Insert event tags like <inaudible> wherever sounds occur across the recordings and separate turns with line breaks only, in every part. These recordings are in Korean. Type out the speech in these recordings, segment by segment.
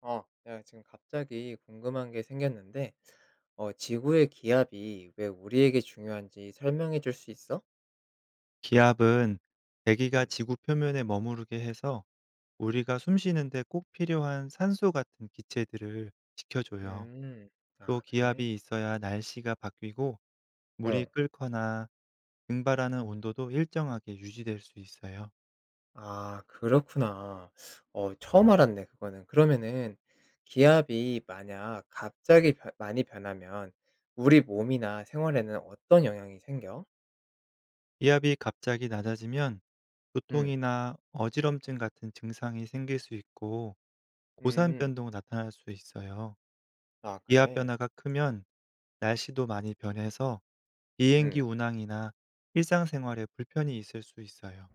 내가 지금 갑자기 궁금한 게 생겼는데, 지구의 기압이 왜 우리에게 중요한지 설명해 줄 수 있어?
기압은 대기가
음.
지구 표면에 머무르게 해서 우리가 숨쉬는데 꼭 필요한 산소 같은 기체들을 지켜줘요.
음,
또
아, 그래.
기압이 있어야 날씨가 바뀌고 물이
어,
끓거나 증발하는 온도도 일정하게 유지될 수 있어요.
아, 그렇구나. 처음 알았네, 그거는. 그러면은, 기압이 만약 갑자기 많이 변하면, 우리 몸이나 생활에는 어떤 영향이 생겨?
기압이 갑자기 낮아지면
음,
두통이나 어지럼증 같은 증상이 생길 수 있고 고산
음,
변동 나타날 수 있어요.
아,
기압
그래.
변화가 크면 날씨도 많이 변해서 비행기
음.
운항이나 일상생활에 불편이 있을 수 있어요.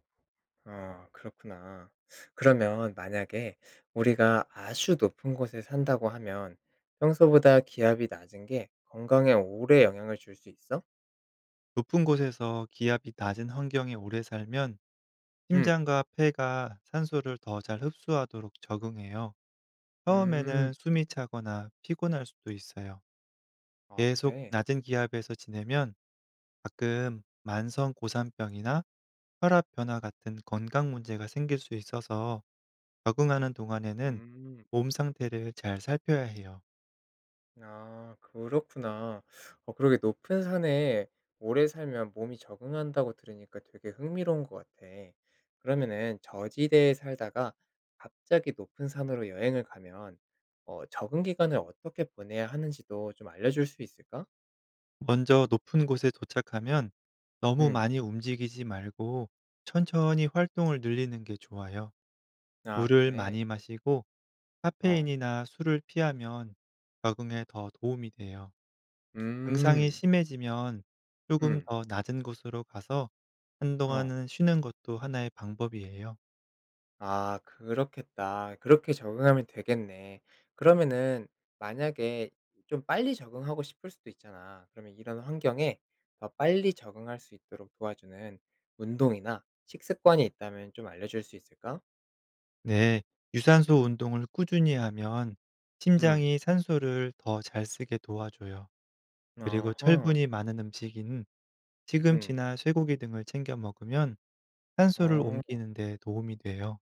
아 그렇구나. 그러면 만약에 우리가 아주 높은 곳에 산다고 하면 평소보다 기압이 낮은 게 건강에 오래 영향을 줄 수 있어?
높은 곳에서 기압이 낮은 환경에 오래 살면
응.
심장과 폐가 산소를 더 잘 흡수하도록 적응해요.
음.
처음에는 숨이 차거나 피곤할 수도 있어요.
아
계속
그래?
낮은 기압에서 지내면 가끔 만성 고산병이나 혈압 변화 같은 건강 문제가 생길 수 있어서 적응하는 동안에는
음.
몸 상태를 잘 살펴야 해요.
아 그렇구나. 그러게 높은 산에 오래 살면 몸이 적응한다고 들으니까 되게 흥미로운 것 같아. 그러면은 저지대에 살다가 갑자기 높은 산으로 여행을 가면 적응 기간을 어떻게 보내야 하는지도 좀 알려줄 수 있을까?
먼저 높은 곳에 도착하면 너무
음.
많이 움직이지 말고 천천히 활동을 늘리는 게 좋아요.
아
물을
그래.
많이 마시고
어.
카페인이나 술을 피하면 적응에 더 도움이 돼요. 증상이
음.
심해지면 조금
음.
더 낮은 곳으로 가서
어.
한동안은 쉬는 것도 하나의 방법이에요.
아 그렇겠다. 그렇게 적응하면 되겠네. 그러면은 만약에 좀 빨리 적응하고 싶을 수도 있잖아. 그러면 이런 환경에 더 빨리 적응할 수 있도록 도와주는 운동이나 식습관이 있다면 좀 알려줄 수 있을까?
네, 유산소 운동을 꾸준히 하면
음.
심장이 산소를 더 잘 쓰게 도와줘요. 그리고
어허.
철분이 많은 음식인
음.
시금치나 쇠고기 등을 챙겨 먹으면 산소를
어.
옮기는 데 도움이 돼요.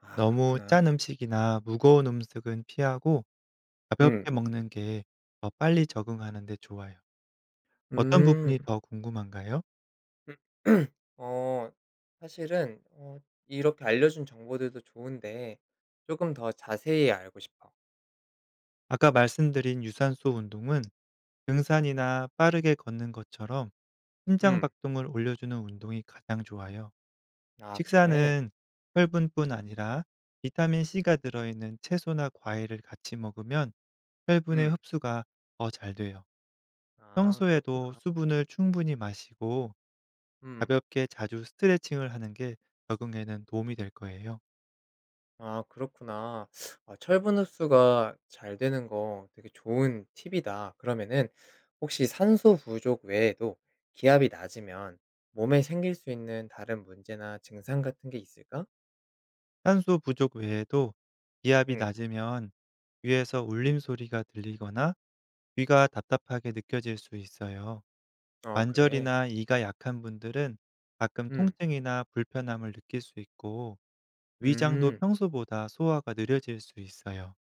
아
너무
그렇구나.
짠 음식이나 무거운 음식은 피하고 가볍게
음.
먹는 게 더 빨리 적응하는 데 좋아요. 어떤
음.
부분이 더 궁금한가요?
<clears throat> 어 사실은 이렇게 알려준 정보들도 좋은데 조금 더 자세히 알고 싶어.
아까 말씀드린 유산소 운동은 등산이나 빠르게 걷는 것처럼 심장
음.
박동을 올려주는 운동이 가장 좋아요.
아 그래?
식사는 혈분뿐 아니라 비타민 C가 들어있는 채소나 과일을 같이 먹으면 혈분의
음.
흡수가 더 잘 돼요.
아
평소에도
그렇구나.
수분을 충분히 마시고
음.
가볍게 자주 스트레칭을 하는 게 적응에는 도움이 될 거예요.
아 그렇구나. 아 철분 흡수가 잘 되는 거 되게 좋은 팁이다. 그러면은 혹시 산소 부족 외에도 기압이 낮으면 몸에 생길 수 있는 다른 문제나 증상 같은 게 있을까?
산소 부족 외에도 기압이
응.
낮으면 위에서 울림 소리가 들리거나 귀가 답답하게 느껴질 수 있어요.
어 그래.
관절이나 이가 약한 분들은 가끔
음.
통증이나 불편함을 느낄 수 있고 위장도
음.
평소보다 소화가 느려질 수 있어요.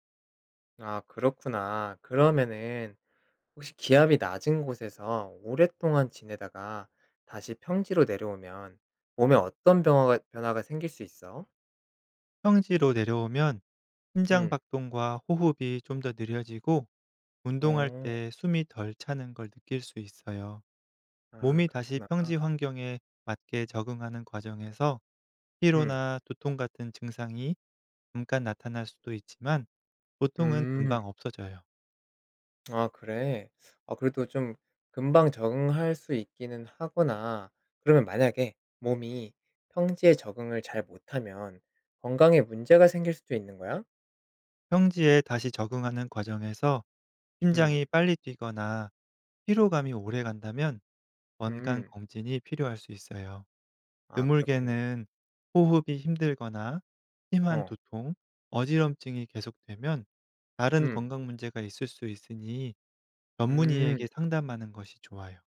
아 그렇구나. 그러면은 혹시 기압이 낮은 곳에서 오랫동안 지내다가 다시 평지로 내려오면 몸에 어떤 변화가 생길 수 있어?
평지로 내려오면 심장
음.
박동과 호흡이 좀 더 느려지고 운동할
어.
때 숨이 덜 차는 걸 느낄 수 있어요.
아
몸이 다시
그렇구나.
평지 환경에 맞게 적응하는 과정에서
음.
피로나 두통 같은 증상이 잠깐 나타날 수도 있지만 보통은
음.
금방 없어져요.
아 그래. 아 그래도 좀 금방 적응할 수 있기는 하구나. 그러면 만약에 몸이 평지에 적응을 잘 못하면 건강에 문제가 생길 수도 있는 거야?
평지에 다시 적응하는 과정에서
음.
심장이 빨리 뛰거나 피로감이 오래 간다면 건강
음.
검진이 필요할 수 있어요.
아 그렇겠네.
드물게는 호흡이 힘들거나 심한
어.
두통, 어지럼증이 계속되면 다른
음.
건강 문제가 있을 수 있으니
음.
전문의에게 상담하는 것이 좋아요.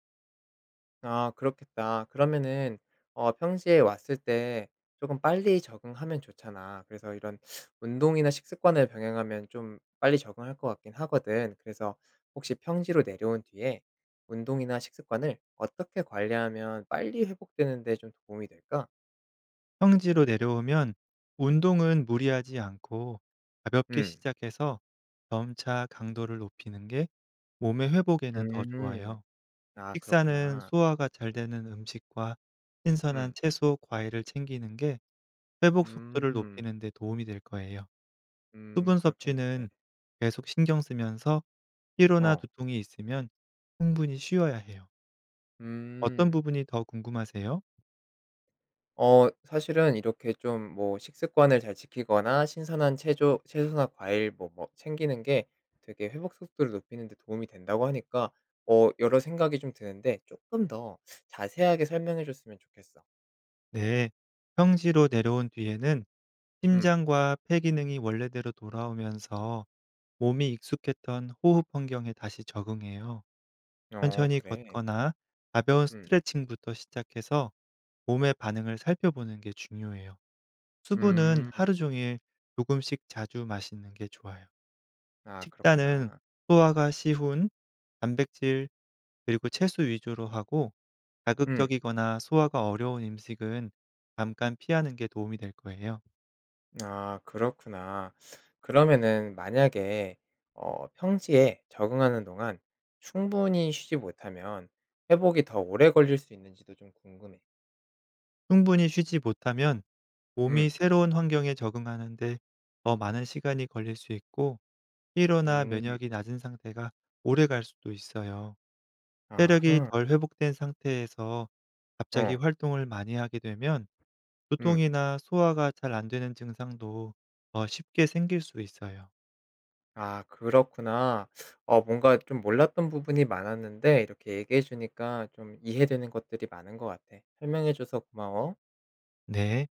아 그렇겠다. 그러면은 평시에 왔을 때 조금 빨리 적응하면 좋잖아. 그래서 이런 운동이나 식습관을 병행하면 좀 빨리 적응할 것 같긴 하거든. 그래서 혹시 평지로 내려온 뒤에 운동이나 식습관을 어떻게 관리하면 빨리 회복되는 데 좀 도움이 될까?
평지로 내려오면 운동은 무리하지 않고 가볍게
음.
시작해서 점차 강도를 높이는 게 몸의 회복에는 더
음.
좋아요.
아
식사는
그렇구나.
소화가 잘 되는 음식과 신선한
음.
채소, 과일을 챙기는 게 회복 속도를
음.
높이는 데 도움이 될 거예요. 수분
그렇겠네.
섭취는 계속 신경 쓰면서 피로나
어.
두통이 있으면 충분히 쉬어야 해요. 어떤
음.
부분이 더 궁금하세요?
사실은 이렇게 좀 뭐 식습관을 잘 지키거나 신선한 채조 채소나 과일 뭐 챙기는 게 되게 회복 속도를 높이는 데 도움이 된다고 하니까 여러 생각이 좀 드는데 조금 더 자세하게 설명해 줬으면 좋겠어.
네, 평지로 내려온 뒤에는
음.
심장과 폐 기능이 원래대로 돌아오면서 몸이 익숙했던 호흡 환경에 다시 적응해요.
어
천천히
그래.
걷거나 가벼운
음.
스트레칭부터 시작해서 몸의 반응을 살펴보는 게 중요해요. 수분은
음.
하루 종일 조금씩 자주 마시는 게 좋아요.
아
식단은
그렇구나.
소화가 쉬운 단백질 그리고 채소 위주로 하고
음.
자극적이거나 소화가 어려운 음식은 잠깐 피하는 게 도움이 될 거예요.
아 그렇구나. 그러면은 만약에 평지에 적응하는 동안 충분히 쉬지 못하면 회복이 더 오래 걸릴 수 있는지도 좀 궁금해.
충분히 쉬지 못하면 몸이
음.
새로운 환경에 적응하는데 더 많은 시간이 걸릴 수 있고 피로나
음.
면역이 낮은 상태가 오래 갈 수도 있어요. 체력이
아하.
덜 회복된 상태에서 갑자기
어.
활동을 많이 하게 되면
음.
두통이나 소화가 잘 안 되는 증상도 더 쉽게 생길 수 있어요.
아 그렇구나. 뭔가 좀 몰랐던 부분이 많았는데 이렇게 얘기해 주니까 좀 이해되는 것들이 많은 것 같아. 설명해 줘서 고마워.
네.